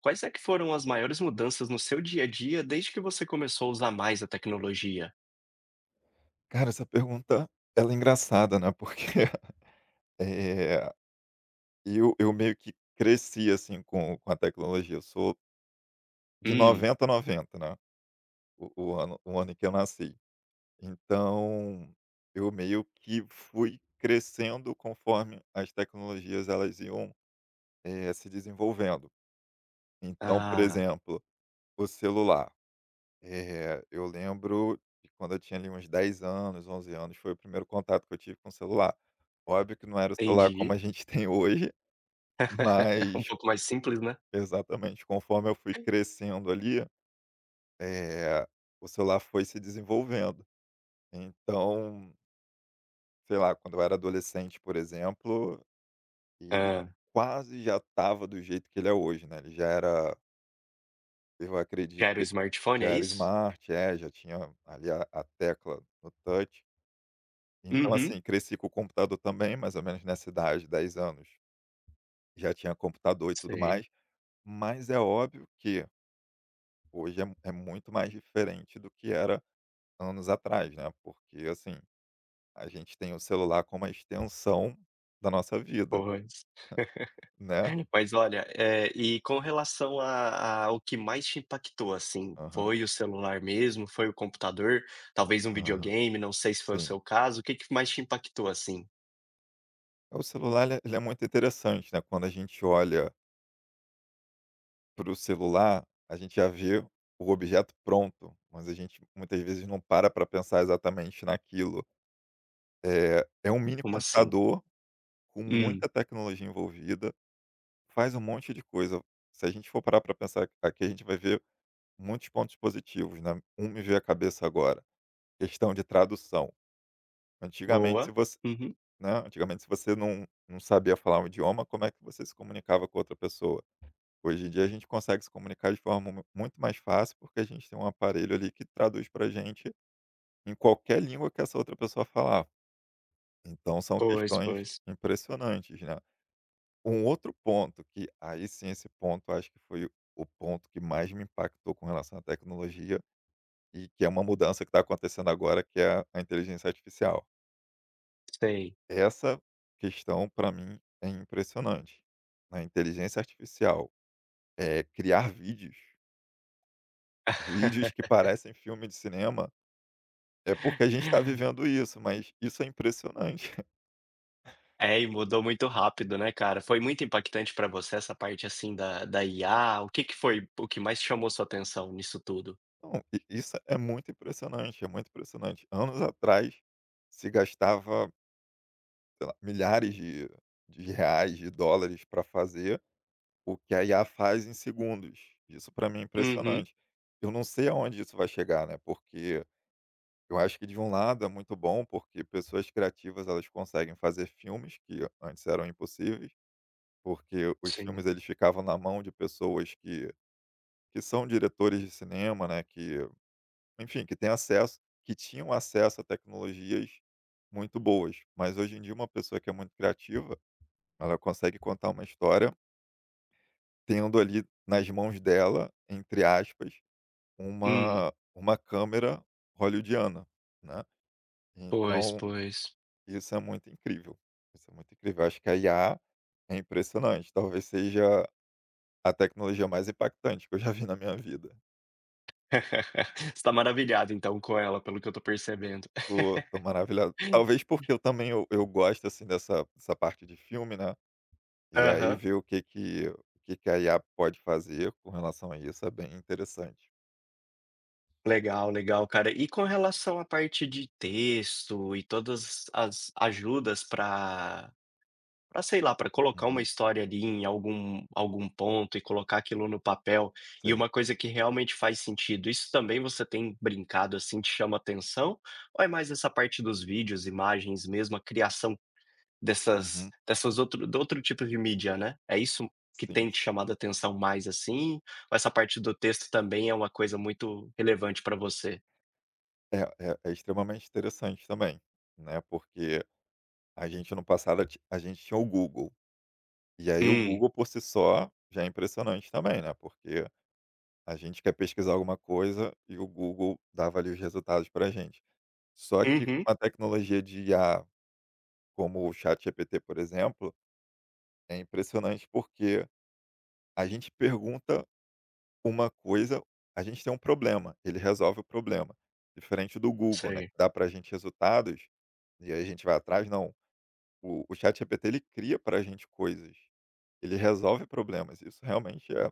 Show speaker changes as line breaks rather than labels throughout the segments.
Quais é que foram as maiores mudanças no seu dia a dia desde que você começou a usar mais a tecnologia?
Cara, essa pergunta, ela é engraçada, né, porque, eh, eu meio que cresci, assim, com a tecnologia. Eu sou de
Hum,
90 a 90, né, o ano em que eu nasci. Então, eu meio que fui crescendo conforme as tecnologias, elas iam, se desenvolvendo. Então, por
ah,
exemplo, o celular. É, eu lembro de quando eu tinha ali uns 10 anos, 11 anos, foi o primeiro contato que eu tive com o celular. Óbvio que não era o celular como
entendi.
a gente tem hoje,
Um
mas
pouco mais simples, né?
exatamente conforme eu fui crescendo ali, eh, o celular foi se desenvolvendo. Então, sei lá, quando eu era adolescente, por exemplo, ele
Ah,
quase já estava do jeito que ele é hoje, né, ele já era, eu acredito,
já era o
que
smartphone,
já
é
era
isso?
smart, é, já tinha ali a tecla no touch. Então,
Uhum,
assim, cresci com o computador também, mais ou menos nessa idade, 10 anos, já tinha computador e tudo mais,
sei,
mas é óbvio que hoje é muito mais diferente do que era anos atrás, né? Porque, assim, a gente tem o celular como uma extensão da nossa vida,
pois.
né?
Mas olha, e com relação a o que mais te impactou, assim,
Aham,
foi o celular mesmo, foi o computador, talvez um
aham,
videogame, não sei se foi o
sim.
seu caso, o que mais te impactou, assim?
O celular, ele é muito interessante, né? Quando a gente olha para o celular, a gente já vê o objeto pronto, mas a gente muitas vezes não para para pensar exatamente naquilo. É, é um mini
Como assim?
computador com
Hum,
muita tecnologia envolvida, faz um monte de coisa. Se a gente for parar para pensar aqui, a gente vai ver muitos pontos positivos, né? Um me veio à cabeça agora, questão de tradução. Antigamente, se
boa.
você,
Uhum.
né? Antigamente, se você não sabia falar um idioma, como é que você se comunicava com outra pessoa? Hoje em dia, a gente consegue se comunicar de forma muito mais fácil, porque a gente tem um aparelho ali que traduz para gente em qualquer língua que essa outra pessoa falar. Então, são
Pois,
questões
pois.
impressionantes, né? Um outro ponto que aí sim, esse ponto acho que foi o ponto que mais me impactou com relação à tecnologia e que é uma mudança que está acontecendo agora, que é a inteligência artificial.
Sei.
Essa questão para mim é impressionante. Na inteligência artificial, é criar vídeos, vídeos que parecem filme de cinema, é porque a gente está vivendo isso, mas isso é impressionante.
É, e mudou muito rápido, né, cara. Foi muito impactante pra você essa parte, assim, da IA? O que foi o que mais chamou sua atenção nisso tudo?
Não, i isso é muito impressionante, é muito impressionante. Anos atrás se gastava sei lá, milhares de reais, de dólares para fazer o que a IA faz em segundos. Isso para mim é
Uhum,
impressionante. Eu não sei aonde isso vai chegar, né, porque eu acho que de um lado é muito bom, porque pessoas criativas, elas conseguem fazer filmes que antes eram impossíveis, porque os filmes
sim.
eles ficavam na mão de pessoas que são diretores de cinema, né, que, enfim, que tinham acesso a tecnologias muito boas. Mas hoje em dia uma pessoa que é muito criativa ela consegue contar uma história tendo ali nas mãos dela, entre aspas,
Hum,
uma câmera hollywoodiana, né.
pois,
Então
pois.
isso é muito incrível, isso é muito incrível. Eu acho que a IA é impressionante, talvez seja a tecnologia mais impactante que eu já vi na minha vida.
Você tá maravilhado, então, com ela, pelo que eu tô percebendo.
Tô tô maravilhado. Talvez porque eu também eu gosto, assim, dessa parte de filme, né, e aí
Aham.
ver o que que a IA pode fazer com relação a isso é bem interessante.
Legal, legal, cara. E com relação à parte de texto e todas as ajudas para para sei lá, para colocar uma
Uhum,
história ali em algum ponto e colocar aquilo no papel, e
sim.
uma coisa que realmente faz sentido. Isso também você tem brincado, assim, te chama atenção? Ou é mais essa parte dos vídeos, imagens mesmo, a criação dessas
Uhum.
dessas outro do outro tipo de mídia, né? É isso que
Sim,
tem te
sim.
chamado a atenção mais, assim? Ou essa parte do texto também é uma coisa muito relevante para você?
É extremamente interessante também, né, porque a gente no passado, a gente tinha o Google, e aí o
Hum.
Google por si só já é impressionante também, né, porque a gente quer pesquisar alguma coisa e o Google dava ali os resultados pra gente. Só que com
Uhum.
a tecnologia de IA, como o ChatGPT, por exemplo, é impressionante porque a gente pergunta uma coisa, a gente tem um problema, ele resolve o problema. Diferente do Google, né, que
Sei.
dá para a gente resultados. E aí a gente vai atrás, não. O ChatGPT ele cria para a gente coisas, ele resolve problemas. Isso realmente é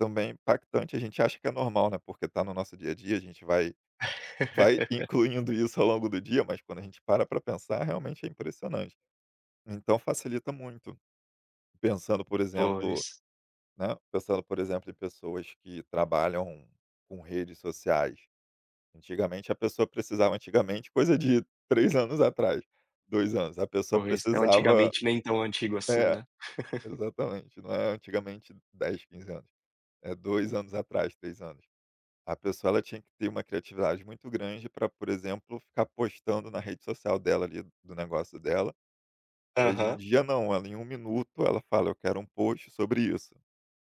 também impactante. A gente acha que é normal, né? Porque tá no nosso dia a dia, a gente vai incluindo isso ao longo do dia, mas quando a gente para para pensar, realmente é impressionante. Então facilita muito. Pensando, por
Pois,
exemplo, né? Pensando, por exemplo, em pessoas que trabalham com redes sociais. Antigamente a pessoa precisava, antigamente, coisa de 3 anos atrás, 2 anos, a pessoa
pois. Então,
precisava.
antigamente nem tão antigo assim,
É,
né?
exatamente, não é antigamente 10 15 anos, é 2 anos atrás, 3 anos. A pessoa ela tinha que ter uma criatividade muito grande para por exemplo, ficar postando na rede social dela ali, do negócio dela. Hoje em
Aham.
dia não, ela em 1 minuto ela fala: "Eu quero um post sobre isso",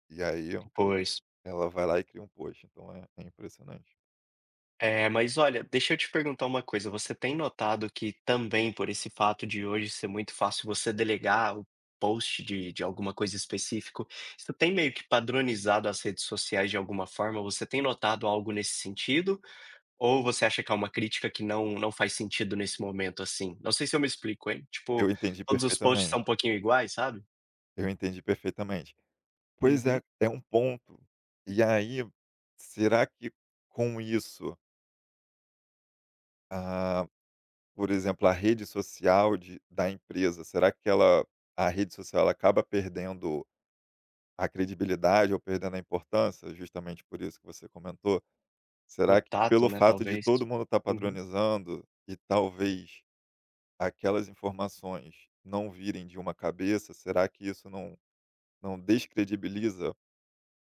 e aí
Pois.
ela vai lá e cria um post, então é impressionante.
É, mas olha, deixa eu te perguntar uma coisa, você tem notado que também por esse fato de hoje ser muito fácil você delegar o post de alguma coisa específico, isso tem meio que padronizado as redes sociais de alguma forma? Você tem notado algo nesse sentido? Ou você acha que é uma crítica que não faz sentido nesse momento, assim? Não sei se eu me explico, hein. Tipo,
Eu entendi
todos os posts são um
perfeitamente,
pouquinho iguais, sabe?
eu entendi perfeitamente. Pois é,
Uhum.
é um ponto. E aí, será que com isso, ah por exemplo, a rede social de da empresa, será que ela a rede social ela acaba perdendo a credibilidade ou perdendo a importância, justamente por isso que você comentou?
O
Será que
tato,
pelo
né,
fato de
talvez.
todo mundo estar
Uhum.
padronizando e talvez aquelas informações não virem de uma cabeça, será que isso não descredibiliza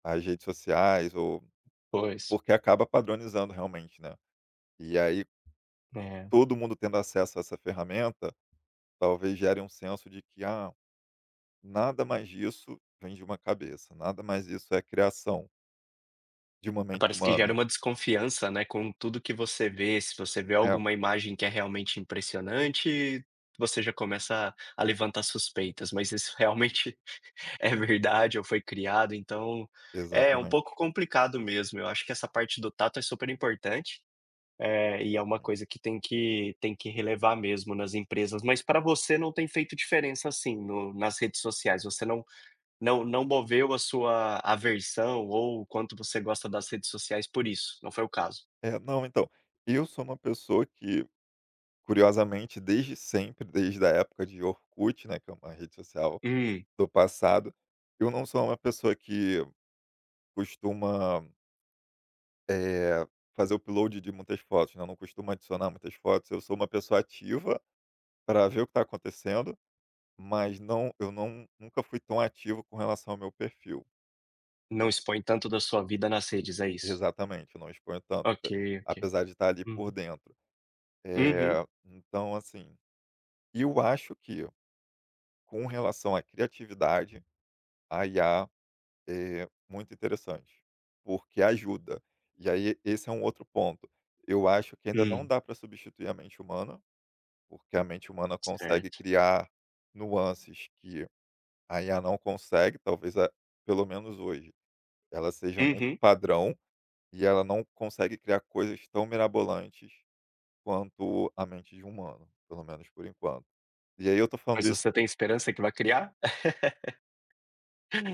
as redes sociais ou
Pois.
porque acaba padronizando realmente, né. E aí
É.
todo mundo tendo acesso a essa ferramenta, talvez gere um senso de que: "Ah". Nada mais disso vem de uma cabeça, nada mais isso é criação de uma mente
Parece que gera
humana.
uma desconfiança, né, com tudo que você vê, se você vê
É,
alguma imagem que é realmente impressionante, você já começa a levantar suspeitas, mas isso realmente é verdade ou foi criado, então é um pouco
exatamente,
complicado mesmo. Eu acho que essa parte do tato é super importante, e é uma
exatamente.
coisa que tem que relevar mesmo nas empresas. Mas para você não tem feito diferença assim no nas redes sociais? Você não moveu a sua aversão ou o quanto você gosta das redes sociais por isso, não foi o caso?
É, não, então, eu sou uma pessoa que, curiosamente, desde sempre, desde a época de Orkut, né, que é uma rede social
Hum,
do passado, eu não sou uma pessoa que costuma, eh, fazer upload de muitas fotos, né, eu não costumo adicionar muitas fotos, eu sou uma pessoa ativa para ver o que está acontecendo, mas não, eu não nunca fui tão ativo com relação ao meu perfil.
não expõe tanto da sua vida nas redes, é isso?
Exatamente, não exponho tanto,
Ok, ok.
apesar de estar ali por
Uhum.
dentro.
Uhum.
Então assim, e eu acho que com relação à criatividade, a IA é muito interessante, porque ajuda. E aí esse é um outro ponto. Eu acho que ainda não
Hum,
dá para substituir a mente humana, porque a mente humana consegue
certo.
criar nuances que a IA não consegue, talvez a pelo menos hoje, ela seja muito
Uhum.
padrão, e ela não consegue criar coisas tão mirabolantes quanto a mente de um humano, pelo menos por enquanto. E aí eu tô falando
Mas
isso,
você tem esperança que vai criar?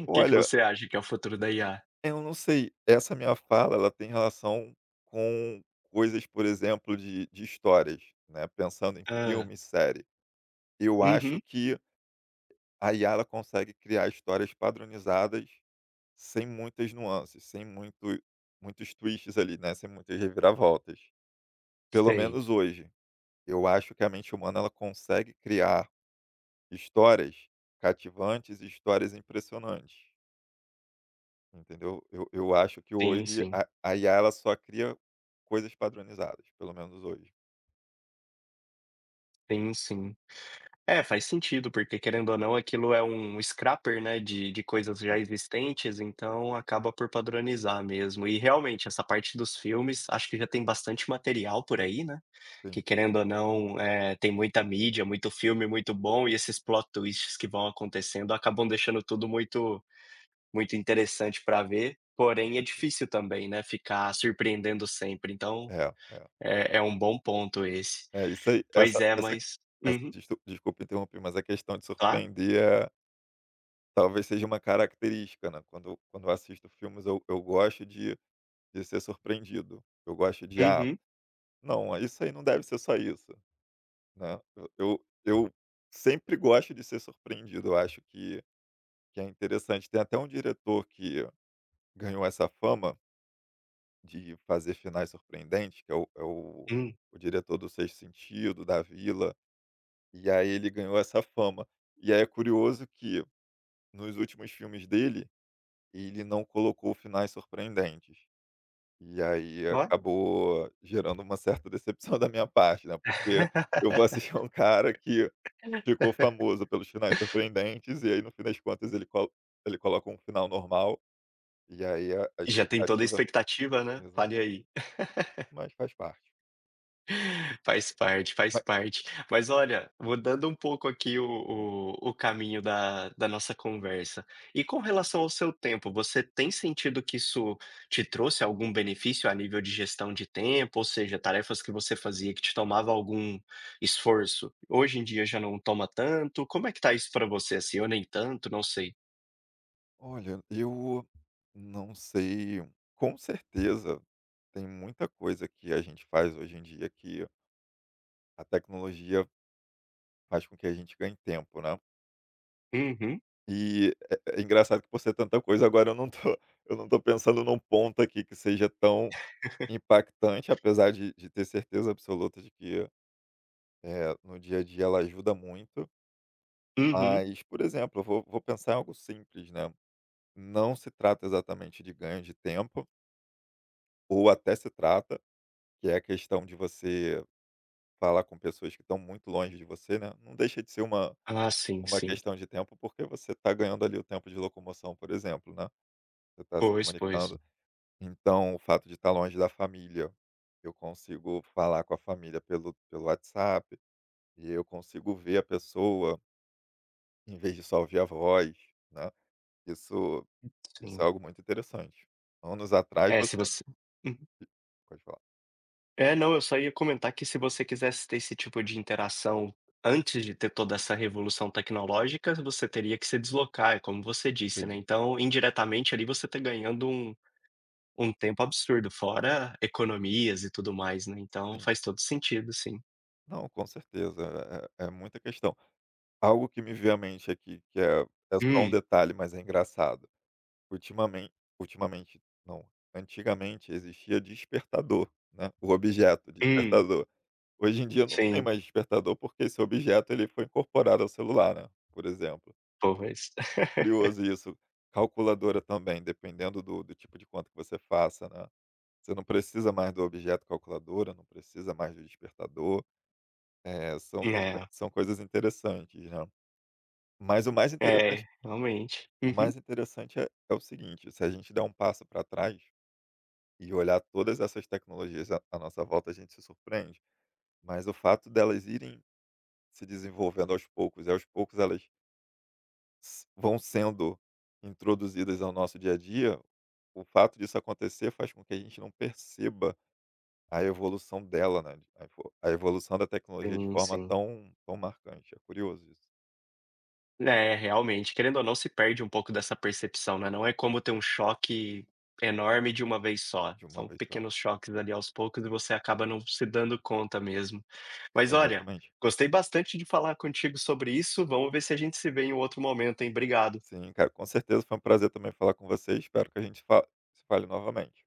O que que
olha,
você acha que é o futuro da IA?
eu não sei, essa minha fala ela tem relação com coisas, por exemplo, de histórias, né, pensando em
Hã.
filme e série. Eu acho
Uhum.
que a IA ela consegue criar histórias padronizadas sem muitas nuances, sem muitos twists ali, né, sem muitas reviravoltas. Pelo
Sei.
menos hoje, eu acho que a mente humana ela consegue criar histórias cativantes e histórias impressionantes, entendeu? Eu acho que
Sim,
hoje
sim.
a IA ela só cria coisas padronizadas, pelo menos hoje.
Sim, sim. É, faz sentido, porque querendo ou não aquilo é um scrapper, né, de coisas já
Sim,
existentes, então acaba por padronizar mesmo. E realmente essa parte dos filmes, acho que já tem bastante material por aí, né, que
sim,
querendo ou não, tem muita mídia, muito filme muito bom e esses plot twists que vão acontecendo acabam deixando tudo muito muito interessante para ver,
com
porém é
cer
difícil também, né, ficar surpreendendo sempre, então
é.
é é um bom ponto esse.
É isso aí,
Pois
essa
é,
essa
mas
essa
Uhum,
desculpa desculpa interromper, mas a questão de
claro.
surpreender talvez seja uma característica, né, quando eu assisto filmes eu gosto de ser surpreendido, eu gosto de: "Ah,
Uhum,
não, isso aí não deve ser só isso". Né. Eu sempre gosto de ser surpreendido, eu acho que é interessante. Tem até um diretor que ganhou essa fama de fazer finais surpreendentes, que é o é o
uhum.
o diretor do Sexto Sentido, da Vila, e aí ele ganhou essa fama. E aí é curioso que nos últimos filmes dele, ele não colocou finais surpreendentes. E aí
Olha.
acabou gerando uma certa decepção da minha parte, né, porque eu vou assistir a um cara que ficou famoso pelos finais surpreendentes, e aí no fim das contas ele coloca um final normal, e aí a
Já tem toda a
expectativa
expectativa, né. Fale
exata
aí.
mas faz parte.
Faz parte, faz
Mas.
parte. Mas olha, mudando um pouco aqui o
Uhum.
o o caminho da nossa conversa. E com relação ao seu tempo, você tem sentido que isso te trouxe algum benefício a nível de gestão de tempo? Ou seja, tarefas que você fazia que te tomava algum esforço, hoje em dia já não toma tanto? Como é que tá isso pra você, assim, eu nem tanto? Não sei.
Olha, eu não sei, com certeza tem muita coisa que a gente faz hoje em dia que a tecnologia faz com que a gente ganhe tempo, né.
Uhum,
E é engraçado que por ser tanta coisa agora eu não tô eu não tô pensando num ponto aqui que seja tão impactante, apesar de ter certeza absoluta de que, é, no dia a dia ela ajuda muito,
uhum.
mas, por exemplo, eu vou pensar em algo simples, né, não se trata exatamente de ganho de tempo, ou até se trata, que é a questão de você falar com pessoas que estão muito longe de você, né, não deixa de ser uma
Ah, sim,
uma
sim.
questão de tempo, porque você está ganhando ali o tempo de locomoção, por exemplo, né, você está se
Pois, pois.
comunicando. Então o fato de estar longe da família, eu consigo falar com a família pelo WhatsApp, e eu consigo ver a pessoa, em vez de só ouvir a voz, né. Isso isso é
Sim.
algo muito interessante. Anos atrás
É, se
você
você Uhum.
pode falar.
É, não, eu só ia comentar que se você quisesse ter esse tipo de interação antes de ter toda essa revolução tecnológica, você teria que se deslocar, é como você disse, né.
Sim,
Então, indiretamente ali, você está ganhando um um tempo absurdo, fora economias e tudo mais, né. Então
sim.
faz todo sentido, sim.
Não, com certeza, é muita questão. Algo que me veio à mente aqui, que é só um
Hum,
detalhe, mas é engraçado. ultimamente ultimamente não, antigamente existia despertador, né, o objeto
hum,
despertador. Hoje em dia não tem
sim,
mais despertador, porque esse objeto ele foi incorporado ao celular, né, por exemplo.
pois.
É curioso isso. Calculadora também, dependendo do tipo de conta que você faça, né. Você não precisa mais do objeto calculadora, não precisa mais do despertador,
É,
são coisas interessantes, né. Mas o mais
é,
interessante
realmente.
o
Uhum.
mais interessante é o seguinte, se a gente der um passo para trás e olhar todas essas tecnologias à nossa volta, a gente se surpreende, mas o fato delas irem se desenvolvendo aos poucos e aos poucos elas s vão sendo introduzidas ao nosso dia a dia, o fato disso acontecer faz com que a gente não perceba a evolução dela, né, a evolução da tecnologia de
Sim,
forma
sim.
tão tão marcante. É curioso isso,
É, realmente, querendo ou não, se perde um pouco dessa percepção, né, não é como ter um choque enorme de uma vez só.
de uma
São
vez só.
pequenos choques ali aos poucos e você acaba não se dando conta mesmo. Mas olha,
Exatamente.
gostei bastante de falar contigo sobre isso, vamos ver se a gente se vê em um outro momento, hein. Obrigado.
Sim, cara, com certeza foi um prazer também falar com você, espero que a gente fa se fale novamente.